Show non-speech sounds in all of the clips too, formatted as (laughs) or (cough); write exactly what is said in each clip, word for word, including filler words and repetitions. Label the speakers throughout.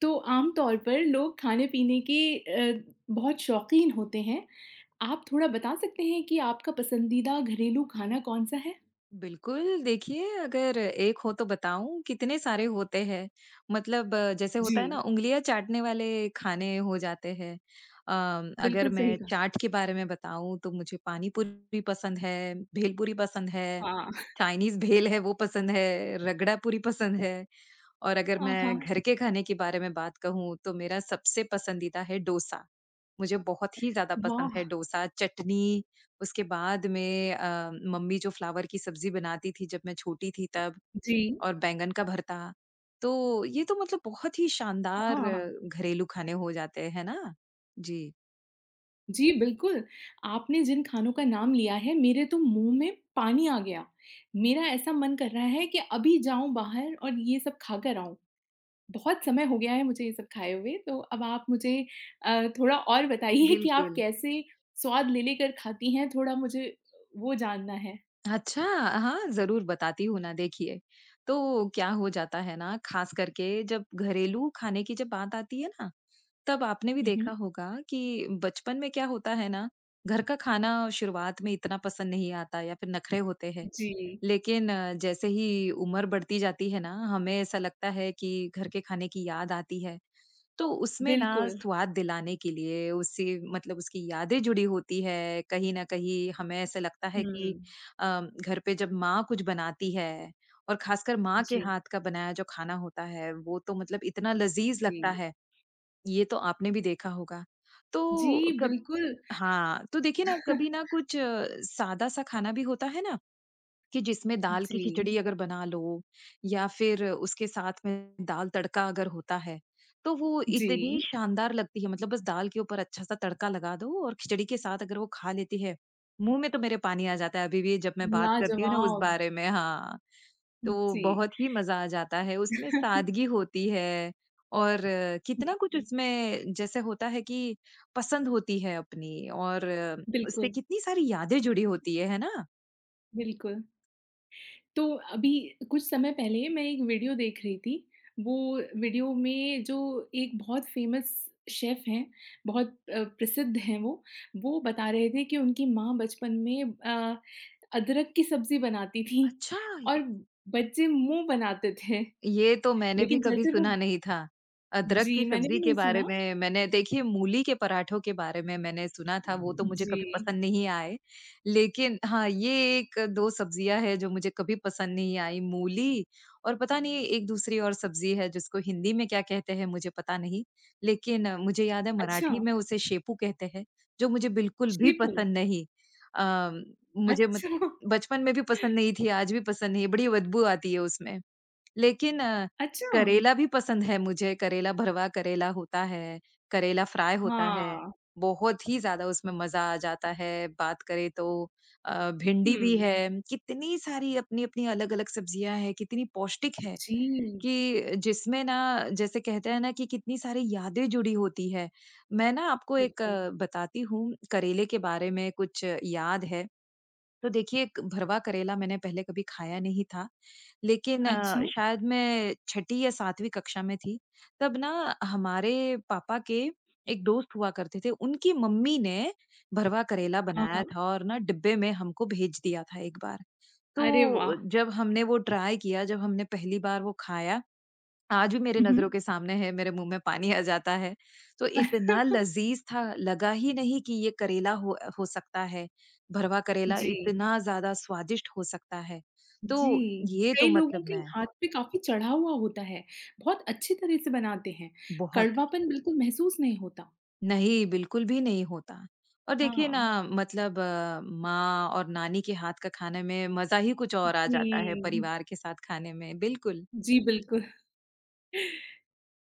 Speaker 1: तो आम तौर पर लोग खाने-पीने के अ, बहुत शौकीन होते हैं। आप थोड़ा बता सकते हैं कि आपका पसंदीदा घरेलू खाना कौन-सा है?
Speaker 2: बिल्कुल, देखिए अगर एक हो तो बताऊँ, कितने सारे होते हैं। मतलब अ, जैसे
Speaker 1: जी,
Speaker 2: होता है ना उँगलियाँ चाटने वाले खाने हो जाते हैं। अ, अगर
Speaker 1: बिल्कुल सही
Speaker 2: मैं
Speaker 1: कहा।
Speaker 2: चाट के बारे में बताऊँ तो मुझे पानी पूरी पसंद है, भेल पूरी पसंद है,
Speaker 1: हाँ।
Speaker 2: चाइनीज़ भेल है वो पसंद है, रगड़ा पूरी पसंद है। और अगर
Speaker 1: आहा!
Speaker 2: मैं घर के खाने के बारे में बात कहूँ तो मेरा सबसे पसंदीदा है डोसा। मुझे बहुत ही ज़्यादा पसंद
Speaker 1: वाह!
Speaker 2: है डोसा, चटनी, उसके बाद में अ, मम्मी जो फ्लावर की सब्ज़ी बनाती थी जब मैं छोटी थी तब
Speaker 1: जी।
Speaker 2: और बैंगन का भरता। तो ये तो मतलब बहुत ही शानदार
Speaker 1: हाँ,
Speaker 2: अ, घरेलू खाने हो जाते हैं ना? जी।
Speaker 1: जी बिल्कुल। आपने जिन खानों का नाम लिया है मेरे तो मुँह में पानी आ गया। मेरा ऐसा मन कर रहा है कि अभी जाऊँ बाहर और ये सब खाकर आऊँ। बहुत समय हो गया है मुझे ये सब खाए हुए, तो अब आप मुझे अ, थोड़ा और बताइए कि आप
Speaker 2: बिल्कुल।
Speaker 1: कैसे स्वाद ले लेकर खाती हैं? थोड़ा मुझे वो जानना है।
Speaker 2: अच्छा, हाँ, ज़रूर बताती हूँ ना, देखिए। तो क्या हो जाता है ना, ख़ास करके जब घरेलू खाने की जब बात आती है ना, तब आपने भी
Speaker 1: हुँ,
Speaker 2: देखा
Speaker 1: हुँ।
Speaker 2: होगा कि बचपन में क्या होता है ना, घर का खाना शुरुआत में इतना पसंद नहीं आता या फिर नखरे होते हैं।
Speaker 1: जी,
Speaker 2: लेकिन अ, जैसे ही उम्र बढ़ती जाती है ना, हमें ऐसा लगता है कि घर के खाने की याद आती है तो उसमें ना
Speaker 1: बिल्कुल।
Speaker 2: स्वाद दिलाने के लिए उससे मतलब उसकी यादें जुड़ी होती है। कहीं न कहीं हमें ऐसा लगता है कि
Speaker 1: हुँ,
Speaker 2: अ, घर पे जब माँ कुछ बनाती है और ख़ासकर माँ के
Speaker 1: जी,
Speaker 2: हाथ का बनाया जो खाना होता है, वो तो मतलब इतना लज़ीज़
Speaker 1: जी।
Speaker 2: लगता है, ये तो आपने भी देखा होगा।
Speaker 1: जी,
Speaker 2: तो कब
Speaker 1: बिल्कुल।
Speaker 2: हाँ, तो देखिए ना कभी ना कुछ सादा-सा खाना भी होता है ना, कि जिसमें दाल
Speaker 1: जी,
Speaker 2: की खिचड़ी अगर बना लो या फिर उसके साथ में दाल तड़का अगर होता है, तो वो
Speaker 1: जी।
Speaker 2: इतनी शानदार लगती है मतलब बस दाल के ऊपर अच्छा-सा तड़का लगा दो और खिचड़ी के साथ अगर वो खा लेती है, मुँह में तो मेरे पानी आ जाता है अभी भी जब मैं बात करती हूँ ना उस
Speaker 1: लाजवाब!
Speaker 2: बारे में हाँ, तो
Speaker 1: जी।
Speaker 2: बहुत ही मज़ा आ जाता है, उसमें
Speaker 1: (laughs)
Speaker 2: सादगी होती है और कितना कुछ
Speaker 1: जी,
Speaker 2: उसमें जैसे होता है कि पसंद होती है अपनी और उससे
Speaker 1: बिल्कुल,
Speaker 2: कितनी सारी यादें जुड़ी होती है, है ना?
Speaker 1: बिल्कुल। तो अभी कुछ समय पहले मैं एक वीडियो देख रही थी। वो वीडियो में जो एक बहुत फ़ेमस शेफ़ हैं, बहुत अ, प्रसिद्ध हैं वो, वो बता रहे थे कि उनकी माँ बचपन में अ, अदरक की सब्ज़ी बनाती थी
Speaker 2: अच्छा,
Speaker 1: और बच्चे मुँह बनाते थे।
Speaker 2: ये तो मैंने भी
Speaker 1: लेकिन
Speaker 2: कभी
Speaker 1: जैसे वो
Speaker 2: सुना नहीं था। अदरक
Speaker 1: जी,
Speaker 2: की
Speaker 1: मैंने
Speaker 2: सब्ज़ी
Speaker 1: भी
Speaker 2: के
Speaker 1: नहीं
Speaker 2: बारे
Speaker 1: सुना।
Speaker 2: में मैंने देखिए मूली के पराठों के बारे में मैंने सुना था, वो तो मुझे
Speaker 1: जी।
Speaker 2: कभी पसंद नहीं आए। लेकिन हाँ, ये एक दो सब्ज़ियाँ हैं जो मुझे कभी पसंद नहीं आई, मूली और पता नहीं एक दूसरी और सब्ज़ी है जिसको हिंदी में क्या कहते हैं मुझे पता नहीं। लेकिन अ, मुझे याद है
Speaker 1: अच्छा,
Speaker 2: मराठी में उसे शेपू कहते हैं, जो मुझे बिल्कुल भी
Speaker 1: शेपू।
Speaker 2: पसंद नहीं। अ, मुझे मत
Speaker 1: अच्छा,
Speaker 2: बचपन में भी पसंद नहीं थी, आज भी पसंद नहीं है, बड़ी बदबू आती है उसमें। लेकिन अ,
Speaker 1: अच्छा।
Speaker 2: करेला भी पसंद है मुझे, करेला भरवा करेला होता है, करेला फ्राई होता है,
Speaker 1: हाँ।
Speaker 2: बहुत ही ज़्यादा उसमें मज़ा आ जाता है। बात करें तो अ, भिंडी भी
Speaker 1: हुँ।
Speaker 2: है, कितनी सारी अपनी-अपनी अलग-अलग सब्जियाँ हैं, कितनी पौष्टिक है
Speaker 1: जी,
Speaker 2: कि जिसमें ना जैसे कहते हैं ना कि कितनी सारी यादें जुड़ी होती है। मैं ना आपको एक
Speaker 1: बिल्कुल।
Speaker 2: अ, बताती हूँ, करेले के बारे में कुछ याद है। तो देखिए क भरवा करेला मैंने पहले कभी खाया नहीं था, लेकिन अ,
Speaker 1: अच्छा।
Speaker 2: शायद मैं छठी या सातवीं कक्षा में थी, तब ना हमारे पापा के एक दोस्त हुआ करते थे, उनकी मम्मी ने भरवा करेला
Speaker 1: हाँ,
Speaker 2: बनाया
Speaker 1: हाँ।
Speaker 2: था और ना डिब्बे में हमको भेज दिया था एक बार।
Speaker 1: अरे वाह!
Speaker 2: तो जब हमने वो ट्राई किया, जब हमने पहली बार वो खाया आज भी मेरे
Speaker 1: हुँ,
Speaker 2: नज़रों
Speaker 1: हुँ।
Speaker 2: के सामने है, मेरे मुँह में पानी आ जाता है। तो इतना लज़ीज़ था, लगा ही नहीं कि ये करेला हो अ, हो सकता है। भरवा करेला
Speaker 1: जी,
Speaker 2: इतना ज़्यादा स्वादिष्ट हो सकता है।
Speaker 1: जी।
Speaker 2: तो ये
Speaker 1: कई
Speaker 2: तो
Speaker 1: लोगों
Speaker 2: मतलब
Speaker 1: के
Speaker 2: मैं
Speaker 1: हाथ पे काफ़ी चढ़ा हुआ होता है, बहुत अच्छी तरह से बनाते हैं,
Speaker 2: बहुत
Speaker 1: कड़वापन बिल्कुल महसूस नहीं होता।
Speaker 2: नहीं, बिल्कुल भी नहीं होता। और देखिए ना
Speaker 1: हाँ।
Speaker 2: मतलब अ, माँ और नानी के हाथ का खाने में मज़ा ही कुछ और आ जाता है
Speaker 1: जी,
Speaker 2: परिवार के साथ खाने में, बिल्कुल।
Speaker 1: जी बिल्कुल।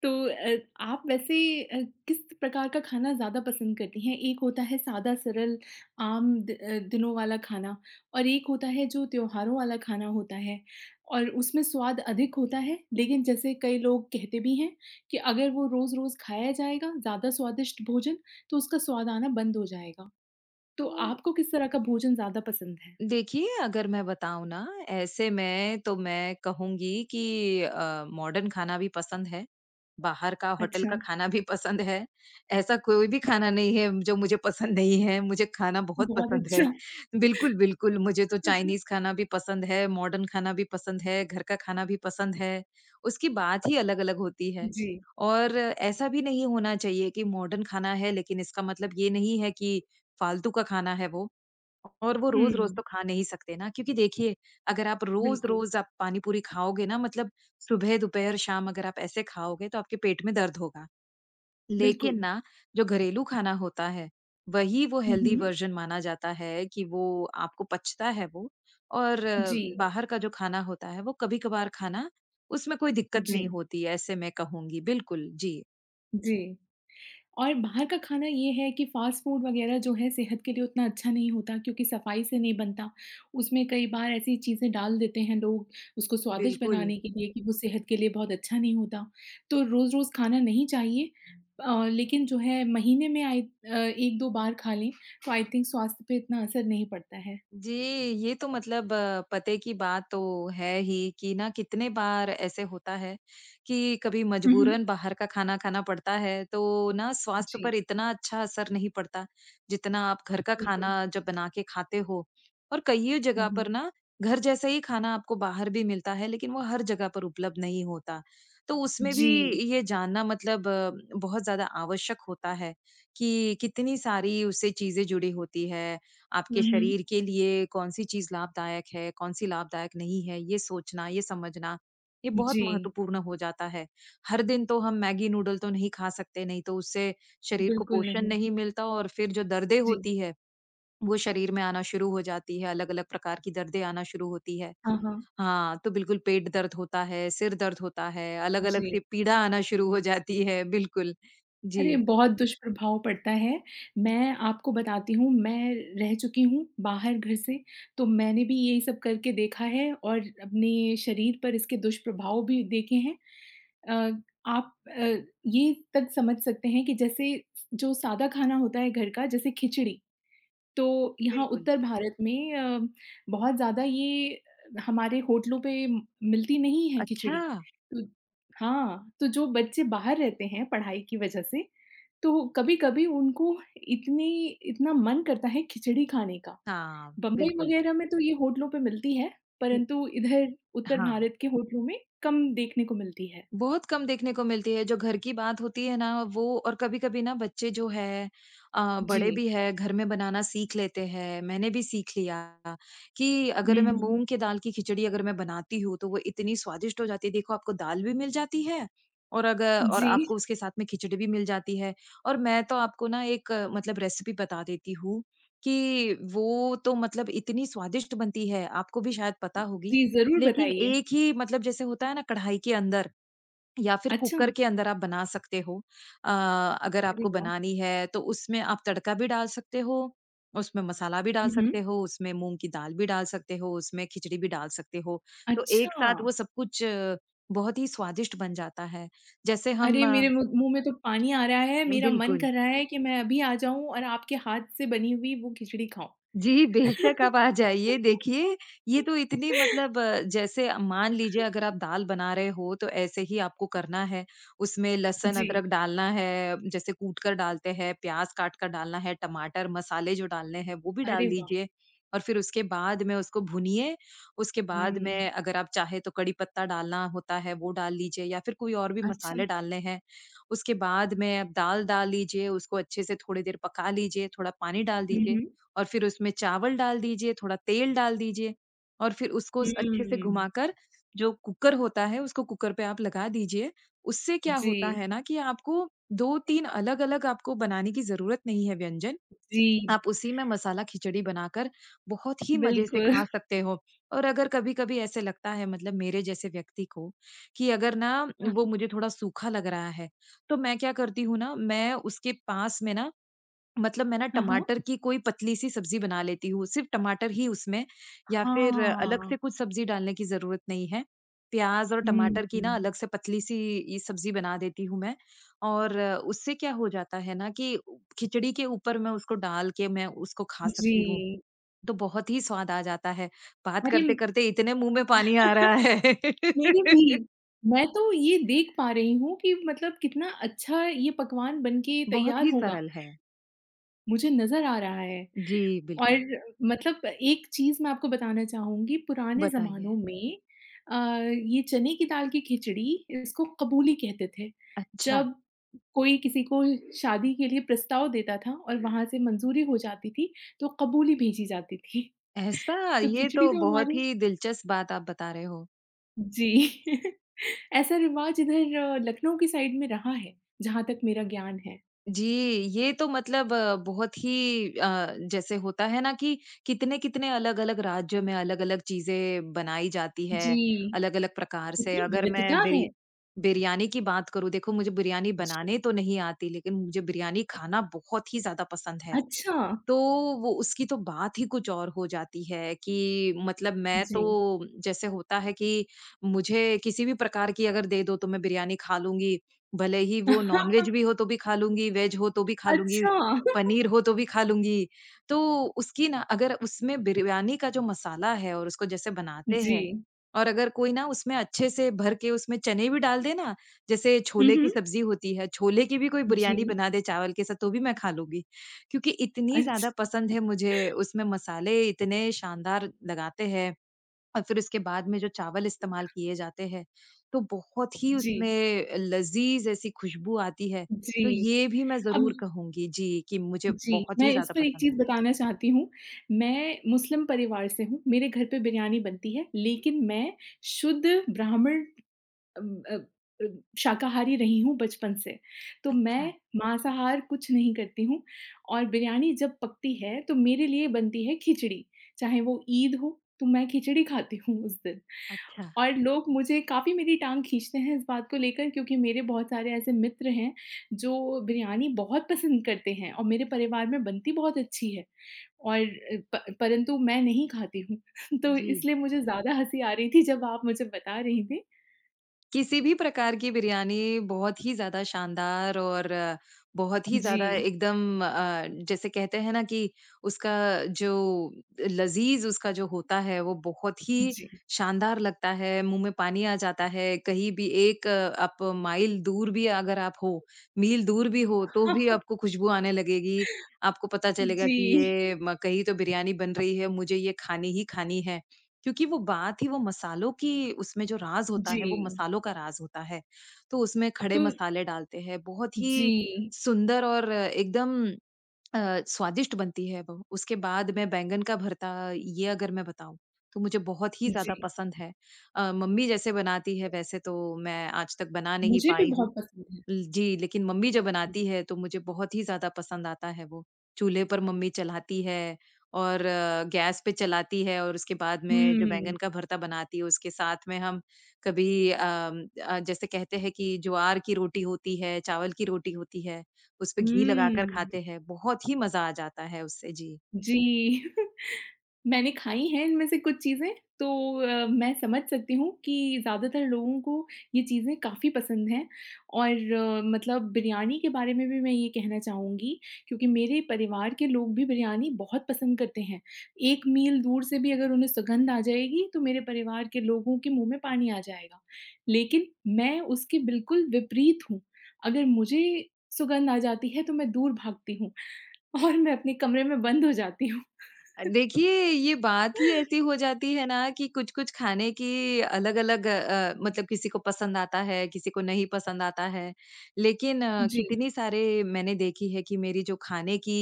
Speaker 1: तो अ, आप वैसे अ, किस प्रकार का खाना ज़्यादा पसंद करती हैं? एक होता है सादा सरल आम द अ, दिनों वाला खाना और एक होता है जो त्योहारों वाला खाना होता है और उसमें स्वाद अधिक होता है, लेकिन जैसे कई लोग कहते भी हैं कि अगर वो रोज़-रोज़ खाया जाएगा ज़्यादा स्वादिष्ट भोजन, तो उसका स्वाद आना बंद हो जाएगा। तो
Speaker 2: तो
Speaker 1: आपको किस तरह का भोजन ज़्यादा पसंद है?
Speaker 2: देखिए, अगर मैं बताऊँ ना, ऐसे में तो मैं कहूँगी कि अ, मॉडर्न खाना भी पसंद है, बाहर का होटल
Speaker 1: अच्छा,
Speaker 2: का खाना भी पसंद है। ऐसा कोई भी खाना नहीं है जो मुझे पसंद नहीं है, मुझे खाना बहुत
Speaker 1: बहुत
Speaker 2: पसंद है।
Speaker 1: अच्छा।
Speaker 2: बिल्कुल, बिल्कुल, मुझे तो चाइनीज़
Speaker 1: (laughs)
Speaker 2: खाना भी पसंद है, मॉडर्न खाना भी पसंद है, घर का खाना भी पसंद है। उसकी बात ही अलग-अलग होती है।
Speaker 1: जी,
Speaker 2: और ऐसा भी नहीं होना चाहिए कि मॉडर्न खाना है, लेकिन इसका मतलब ये नहीं है कि फालतू का खाना है वो। और वो रोज़-रोज़
Speaker 1: हुँ,
Speaker 2: तो खा नहीं सकते ना, क्योंकि देखिए अगर आप
Speaker 1: बिल्कुल,
Speaker 2: रोज़-रोज़ आप पानी-पूरी खाओगे ना मतलब सुबह, दोपहर, शाम अगर आप ऐसे खाओगे तो आपके पेट में दर्द होगा।
Speaker 1: बिल्कुल।
Speaker 2: लेकिन ना जो घरेलू खाना होता है, वही वो
Speaker 1: हुँ,
Speaker 2: हेल्दी
Speaker 1: हुँ।
Speaker 2: वर्ज़न माना जाता है कि वो आपको पचता है वो और अ,
Speaker 1: जी,
Speaker 2: बाहर का जो खाना होता है वो कभी-कभार खाना उसमें कोई दिक्कत
Speaker 1: जी।
Speaker 2: नहीं होती है, ऐसे मैं कहूँगी। बिल्कुल, जी।
Speaker 1: जी। और बाहर का खाना ये है कि फ़ास्ट फ़ूड वग़ैरह जो है सेहत के लिए उतना अच्छा नहीं होता क्योंकि सफ़ाई से नहीं बनता। उसमें कई बार ऐसी चीज़ें डाल देते हैं लोग उसको स्वादिष्ट
Speaker 2: बिल्कुल।
Speaker 1: बनाने के लिए कि वो सेहत के लिए बहुत अच्छा नहीं होता। तो रोज़-रोज़ खाना नहीं चाहिए अ, लेकिन जो है महीने में आई अ, एक दो बार खा लें तो आई थिंक स्वास्थ्य पे इतना असर नहीं पड़ता है।
Speaker 2: जी, ये तो मतलब अ, पते की बात तो है ही कि ना कितने बार ऐसे होता है कि कभी
Speaker 1: हुँ, हुँ।
Speaker 2: मजबूरन बाहर का खाना खाना पड़ता है, तो ना स्वास्थ्य
Speaker 1: जी,
Speaker 2: पर इतना अच्छा असर नहीं पड़ता, जितना आप घर का
Speaker 1: बिल्कुल।
Speaker 2: खाना जब बना के खाते हो। और कईयों
Speaker 1: हुँ,
Speaker 2: जगह
Speaker 1: हुँ।
Speaker 2: पर ना घर जैसा ही खाना आपको बाहर भी मिलता है, लेकिन वो हर जगह पर उपलब्ध नहीं होता। तो उसमें
Speaker 1: जी।
Speaker 2: भी ये जानना मतलब अ, बहुत ज़्यादा आवश्यक होता है कि कितनी सारी उससे चीज़ें जुड़ी होती है।
Speaker 1: हुँ,
Speaker 2: आपके
Speaker 1: हुँ।
Speaker 2: शरीर के लिए कौन-सी चीज़ लाभदायक है, कौन-सी लाभदायक नहीं है, ये सोचना, ये समझना, ये बहुत
Speaker 1: जी,
Speaker 2: महत्वपूर्ण हो जाता है। हर दिन तो हम मैगी नूडल तो नहीं खा सकते, नहीं तो उससे शरीर को
Speaker 1: बिल्कुल
Speaker 2: पोषण
Speaker 1: नहीं।
Speaker 2: नहीं मिलता और फिर जो दर्दें
Speaker 1: जी।
Speaker 2: होती है, वो शरीर में आना शुरू हो जाती है, अलग-अलग प्रकार की दर्दें आना शुरू होती है।
Speaker 1: हाँ, हाँ।
Speaker 2: हाँ, तो बिल्कुल पेट दर्द होता है, सिर दर्द होता है, अलग-अलग
Speaker 1: जी।
Speaker 2: सी पीड़ा आना शुरू हो जाती है, बिल्कुल। जी,
Speaker 1: अरे! बहुत दुष्प्रभाव पड़ता है। मैं आपको बताती हूँ, मैं रह चुकी हूँ बाहर घर से, तो मैंने भी यही सब करके देखा है और अपने शरीर पर इसके दुष्प्रभाव भी देखे हैं। अ, आप अ, ये तक समझ सकते हैं कि जैसे जो सादा खाना होता है घर का, जैसे खिचड़ी, तो यहाँ
Speaker 2: बिल्कुल।
Speaker 1: उत्तर भारत में अ, बहुत ज़्यादा ये हमारे होटलों पे म- मिलती नहीं है
Speaker 2: अच्छा!
Speaker 1: खिचड़ी। तो हाँ, तो जो बच्चे बाहर रहते हैं पढ़ाई की वजह से, तो कभी-कभी उनको इतनी इतना मन करता है खिचड़ी खाने का।
Speaker 2: हाँ,
Speaker 1: बम्बई
Speaker 2: बिल्कुल।
Speaker 1: वगैरह में तो ये होटलों पे मिलती है,
Speaker 2: हुँ,
Speaker 1: परंतु इधर उत्तर
Speaker 2: हाँ।
Speaker 1: भारत के होटलों में कम देखने को मिलती है।
Speaker 2: बहुत कम देखने को मिलती है, जो घर की बात होती है ना वो और कभी-कभी ना बच्चे जो है अ,
Speaker 1: जी।
Speaker 2: बड़े भी है घर में बनाना सीख लेते हैं। मैंने भी सीख लिया कि अगर मैं
Speaker 1: हुँ।
Speaker 2: मूँग की दाल की खिचड़ी अगर मैं बनाती हूँ, तो वो इतनी स्वादिष्ट हो जाती है। देखो आपको दाल भी मिल जाती है और अगर और
Speaker 1: जी।
Speaker 2: आपको उसके साथ में खिचड़ी भी मिल जाती है और मैं तो आपको ना एक अ, मतलब रेसिपी बता देती हूँ कि वो तो मतलब इतनी स्वादिष्ट बनती है, आपको भी शायद पता होगी।
Speaker 1: जी, ज़रूर
Speaker 2: लेकिन
Speaker 1: बताइए।
Speaker 2: एक ही मतलब जैसे होता है ना कढ़ाई के अंदर या फिर
Speaker 1: अच्छा!
Speaker 2: कुकर के अंदर आप बना सकते हो। अ, अगर
Speaker 1: अरे
Speaker 2: आपको
Speaker 1: वाह!
Speaker 2: बनानी है तो उसमें आप तड़का भी डाल सकते हो, उसमें मसाला भी डाल
Speaker 1: हुँ, हुँ।
Speaker 2: सकते हो, उसमें मूँग की दाल भी डाल सकते हो, उसमें खिचड़ी भी डाल सकते हो। तो एक
Speaker 1: अच्छा!
Speaker 2: साथ वो सब कुछ अ, बहुत ही स्वादिष्ट बन जाता है। जैसे हम
Speaker 1: अरे!
Speaker 2: अ,
Speaker 1: मेरे मुँह मुँह में तो पानी आ रहा है, मेरा मन
Speaker 2: बिल्कुल।
Speaker 1: कर रहा है कि मैं अभी आ जाऊँ और आपके हाथ से बनी हुई वो खिचड़ी खाऊँ।
Speaker 2: जी, बेशक आप आ जाइए। देखिए, ये तो इतनी
Speaker 1: (laughs)
Speaker 2: मतलब अ, जैसे मान लीजिए अगर आप दाल बना रहे हो, तो ऐसे ही आपको करना है। उसमें लहसुन,
Speaker 1: जी।
Speaker 2: अदरक डालना है, जैसे कूट कर डालते हैं, प्याज़ काट कर डालना है, टमाटर, मसाले जो डालने हैं, वो भी डाल
Speaker 1: अरे वाह!
Speaker 2: दीजिए और फिर उसके बाद में उसको भूनिए। उसके बाद
Speaker 1: हुँ।
Speaker 2: में अगर आप चाहे तो कड़ी पत्ता डालना होता है, वो डाल लीजिए या फिर कोई और भी
Speaker 1: अच्छा।
Speaker 2: मसाले डालने हैं। उसके बाद में आप दाल डाल लीजिए, उसको अच्छे से थोड़ी देर पका लीजिए, थोड़ा पानी डाल
Speaker 1: हुँ,
Speaker 2: दीजिए।
Speaker 1: हुँ।
Speaker 2: और फिर उसमें चावल डाल दीजिए, थोड़ा तेल डाल दीजिए और फिर उसको स अच्छे से
Speaker 1: हुँ।
Speaker 2: घुमाकर जो कुकर होता है, उसको कुकर पे आप लगा दीजिए। उससे क्या
Speaker 1: जी,
Speaker 2: होता है ना कि आपको दो तीन अलग-अलग आपको बनाने की ज़रूरत नहीं है व्यंजन।
Speaker 1: जी,
Speaker 2: आप उसी में मसाला खिचड़ी बनाकर बहुत ही मज़े से
Speaker 1: बिल्कुल।
Speaker 2: खा सकते हो। और अगर कभी-कभी ऐसे लगता है मतलब मेरे जैसे व्यक्ति को कि अगर ना
Speaker 1: हाँ,
Speaker 2: वो
Speaker 1: हाँ।
Speaker 2: मुझे थोड़ा सूखा लग रहा है, तो मैं क्या करती हूँ ना, मैं उसके पास में ना मतलब मैं ना
Speaker 1: हाँ, हाँ।
Speaker 2: टमाटर की कोई पतली सी सब्जी बना लेती हूँ, सिर्फ़ टमाटर ही उसमें या फिर अलग
Speaker 1: हाँ।
Speaker 2: से कुछ सब्जी डालने की ज़रूरत नहीं है। प्याज़ और टमाटर की
Speaker 1: हुँ,
Speaker 2: ना अलग से पतली सी ये सब्जी बना देती हूँ मैं और उससे क्या हो जाता है ना कि खिचड़ी के ऊपर मैं उसको डाल के मैं उसको खा
Speaker 1: जी।
Speaker 2: सकती हूँ, तो बहुत ही स्वाद आ जाता है। बात
Speaker 1: अरे!
Speaker 2: करते-करते इतने मुँह में पानी आ रहा
Speaker 1: (laughs)
Speaker 2: है।
Speaker 1: मेरी भी। मैं तो ये देख पा रही हूँ कि मतलब कितना अच्छा ये पकवान बन के
Speaker 2: (laughs) बहुत
Speaker 1: तैयार
Speaker 2: ही
Speaker 1: होगा,
Speaker 2: सरल है।
Speaker 1: मुझे नज़र आ रहा है।
Speaker 2: जी, बिल्कुल।
Speaker 1: और मतलब एक चीज़ मैं आपको बताना चाहूँगी, पुराने ज़मानों
Speaker 2: बताइए।
Speaker 1: में अ, ये चने की दाल की खिचड़ी, इसको कबूली कहते थे।
Speaker 2: अच्छा।
Speaker 1: जब कोई किसी को शादी के लिए प्रस्ताव देता था और वहाँ से मंजूरी हो जाती थी, तो कबूली भेजी जाती थी।
Speaker 2: ऐसा!
Speaker 1: तो
Speaker 2: ये
Speaker 1: खिचड़ी
Speaker 2: तो
Speaker 1: तो
Speaker 2: बहुत
Speaker 1: हमारी
Speaker 2: ही दिलचस्प बात आप बता रहे हो।
Speaker 1: जी, (laughs) ऐसा रिवाज इधर अ, लखनऊ की साइड में रहा है, जहाँ तक मेरा ज्ञान है।
Speaker 2: जी, ये तो मतलब अ, बहुत ही अ, जैसे होता है ना कि कितने-कितने अलग-अलग राज्य में अलग-अलग चीज़ें बनाई जाती
Speaker 1: जी,
Speaker 2: है, अलग-अलग प्रकार से।
Speaker 1: इतनी
Speaker 2: अगर
Speaker 1: विविधता
Speaker 2: मैं बिरि
Speaker 1: है।
Speaker 2: बिरयानी की बात करूँ, देखो मुझे बिरयानी
Speaker 1: जी,
Speaker 2: बनाने तो नहीं आती, लेकिन मुझे बिरयानी खाना बहुत ही ज़्यादा पसंद है।
Speaker 1: अच्छा,
Speaker 2: तो वो उसकी तो बात ही कुछ और हो जाती है कि मतलब मैं तो
Speaker 1: जी।
Speaker 2: जैसे होता है कि मुझे किसी भी प्रकार की अगर दे दो तो मैं बिरयानी खा लूँगी, भले ही वो
Speaker 1: (laughs)
Speaker 2: नॉन-वेज भी हो तो भी खा लूँगी, वेज हो तो भी खा लूँगी,
Speaker 1: अच्छा, (laughs)
Speaker 2: पनीर हो तो भी खा लूँगी। तो उसकी ना अगर उसमें बिरयानी का जो मसाला है और उसको जैसे बनाते
Speaker 1: जी।
Speaker 2: हैं और अगर कोई ना उसमें अच्छे से भर के उसमें चने भी डाल दे ना, जैसे
Speaker 1: हुँ,
Speaker 2: छोले की
Speaker 1: हुँ।
Speaker 2: सब्ज़ी होती है, छोले की भी कोई
Speaker 1: जी,
Speaker 2: बिरयानी बना दे चावल के साथ तो भी मैं खा लूँगी। क्योंकि इतनी
Speaker 1: अच्छा
Speaker 2: ज़्यादा पसंद है मुझे, उसमें मसाले इतने शानदार लगाते हैं और फिर उसके बाद में जो चावल इस्तेमाल किए जाते हैं, तो बहुत ही
Speaker 1: जी,
Speaker 2: उसमें लज़ीज़ ऐसी खुशबू आती है।
Speaker 1: जी।
Speaker 2: तो ये भी मैं
Speaker 1: अब
Speaker 2: ज़रूर कहूँगी जी, कि मुझे
Speaker 1: जी,
Speaker 2: बहुत
Speaker 1: मैं
Speaker 2: ही
Speaker 1: इस
Speaker 2: ज़्यादा
Speaker 1: पर एक
Speaker 2: पसंद
Speaker 1: चीज़
Speaker 2: है।
Speaker 1: बताना चाहती हूँ। मैं मुस्लिम परिवार से हूँ, मेरे घर पे बिरयानी बनती है, लेकिन मैं शुद्ध ब्राह्मण अम, अ अ, शाकाहारी रही हूँ बचपन से। तो
Speaker 2: अच्छा,
Speaker 1: मैं मांसाहार कुछ नहीं करती हूँ और बिरयानी जब पकती है, तो मेरे लिए बनती है खिचड़ी, चाहे वो ईद हो, तो मैं खिचड़ी खाती हूँ उस दिन।
Speaker 2: अच्छा।
Speaker 1: और लोग मुझे काफ़ी मेरी टाँग खींचते हैं इस बात को लेकर क्योंकि मेरे बहुत सारे ऐसे मित्र हैं, जो बिरयानी बहुत पसंद करते हैं और मेरे परिवार में बनती बहुत अच्छी है और अ, प परंतु मैं नहीं खाती हूँ। (laughs) तो
Speaker 2: जी।
Speaker 1: इसलिए मुझे ज़्यादा हँसी आ रही थी जब आप मुझे बता रही थी।
Speaker 2: किसी भी प्रकार की बिरयानी बहुत ही ज़्यादा शानदार और अ, बहुत ही
Speaker 1: जी,
Speaker 2: ज़्यादा एकदम अ, जैसे कहते हैं ना कि उसका जो लज़ीज़ उसका जो होता है, वो बहुत ही
Speaker 1: जी।
Speaker 2: शानदार लगता है, मुँह में पानी आ जाता है। कहीं भी एक अ, आप माइल दूर भी अगर आप हो, मील दूर भी हो, तो भी
Speaker 1: (laughs)
Speaker 2: आपको खुशबू आने लगेगी। आपको पता चलेगा
Speaker 1: जी,
Speaker 2: कि ये म कहीं तो बिरयानी बन रही है, मुझे ये खानी ही खानी है। क्योंकि वो बात ही वो मसालों की उसमें जो राज़ होता
Speaker 1: जी।
Speaker 2: है, वो मसालों का राज़ होता है। तो उसमें खड़े
Speaker 1: तो
Speaker 2: मसाले डालते हैं, बहुत ही
Speaker 1: जी,
Speaker 2: सुंदर और एकदम अ, स्वादिष्ट बनती है वो। उसके बाद में बैंगन का भरता, ये अगर मैं बताऊँ, तो मुझे बहुत ही ज़्यादा
Speaker 1: जी।
Speaker 2: पसंद है। अ, मम्मी जैसे बनाती है वैसे तो मैं आज तक बना नहीं
Speaker 1: मुझे भी
Speaker 2: पाई हूँ।
Speaker 1: बहुत पसंद है।
Speaker 2: ल जी, लेकिन मम्मी जब बनाती है तो मुझे बहुत ही ज़्यादा पसंद आता है वो। चूल्हे पर मम्मी चलाती है और अ, गैस पे चलाती है और उसके बाद में जो
Speaker 1: हुँ,
Speaker 2: बैंगन का भरता बनाती है उसके साथ में हम कभी अम, अ, जैसे कहते हैं कि ज्वार की रोटी होती है, चावल की रोटी होती है, उसपे घी लगाकर
Speaker 1: हुँ।
Speaker 2: खाते हैं, बहुत ही मज़ा आ जाता है उससे। जी।
Speaker 1: जी। (laughs) मैंने खाई हैं इनमें से कुछ चीज़ें, तो अ, मैं समझ सकती हूँ कि ज़्यादातर लोगों को ये चीज़ें काफ़ी पसंद हैं और अ, मतलब बिरयानी के बारे में भी मैं ये कहना चाहूँगी क्योंकि मेरे परिवार के लोग भी बिरयानी बहुत पसंद करते हैं। एक मील दूर से भी अगर उन्हें सुगंध आ जाएगी, तो मेरे परिवार के लोगों के मुँह में पानी आ जाएगा। लेकिन मैं उसके बिल्कुल विपरीत हूँ। अगर मुझे सुगंध आ जाती है, तो मैं दूर भागती हूँ (laughs) और मैं अपने कमरे में बंद हो जाती हूँ।
Speaker 2: अ, देखिए, ये बात ही ऐसी
Speaker 1: (laughs)
Speaker 2: हो जाती है ना कि कुछ-कुछ खाने की अलग-अलग अ, मतलब किसी को पसंद आता है, किसी को नहीं पसंद आता है। लेकिन अ,
Speaker 1: जी।
Speaker 2: कितनी सारे मैंने देखी है कि मेरी जो खाने की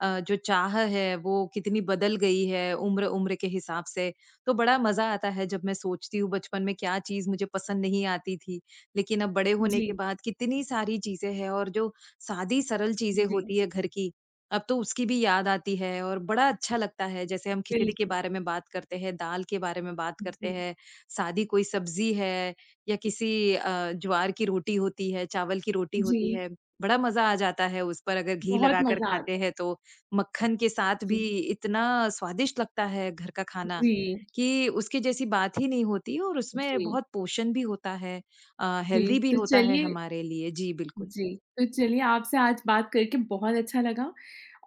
Speaker 2: अ, जो चाह है, वो कितनी बदल गई है उम्र-उम्र के हिसाब से। तो बड़ा मज़ा आता है जब मैं सोचती हूँ बचपन में क्या चीज़ मुझे पसंद नहीं आती थी। लेकिन अब बड़े होने के
Speaker 1: जी,
Speaker 2: बाद कितनी सारी चीज़ें हैं और जो सादी सरल चीज़ें
Speaker 1: जी,
Speaker 2: होती है घर की, अब तो उसकी भी याद आती है और बड़ा अच्छा लगता है। जैसे हम खिचड़ी के
Speaker 1: बिल्कुल,
Speaker 2: बारे में बात करते हैं, दाल के बारे में बात करते
Speaker 1: जी,
Speaker 2: हैं, सादी कोई सब्ज़ी है या किसी अ, ज्वार की रोटी होती है, चावल की रोटी होती
Speaker 1: जी,
Speaker 2: है, बड़ा मज़ा आ जाता है उस पर अगर घी
Speaker 1: बहुत
Speaker 2: लगाकर
Speaker 1: मज़ा आता
Speaker 2: खाते
Speaker 1: है।
Speaker 2: हैं तो। मक्खन के साथ भी
Speaker 1: जी,
Speaker 2: इतना स्वादिष्ट लगता है घर का खाना,
Speaker 1: जी,
Speaker 2: कि उसके जैसी बात ही नहीं होती और उसमें
Speaker 1: जी,
Speaker 2: बहुत पोषण भी होता है अ,
Speaker 1: जी,
Speaker 2: हेल्दी भी
Speaker 1: तो
Speaker 2: होता है
Speaker 1: चलिए
Speaker 2: हमारे लिए। जी, बिल्कुल।
Speaker 1: जी, तो चलिए आपसे आज बात करके बहुत अच्छा लगा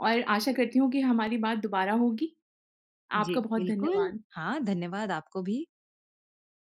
Speaker 1: और आशा करती हूँ कि हमारी बात दोबारा होगी।
Speaker 2: जी,
Speaker 1: आपका बहुत
Speaker 2: बिल्कुल।
Speaker 1: धन्यवाद।
Speaker 2: हाँ, धन्यवाद आपको भी।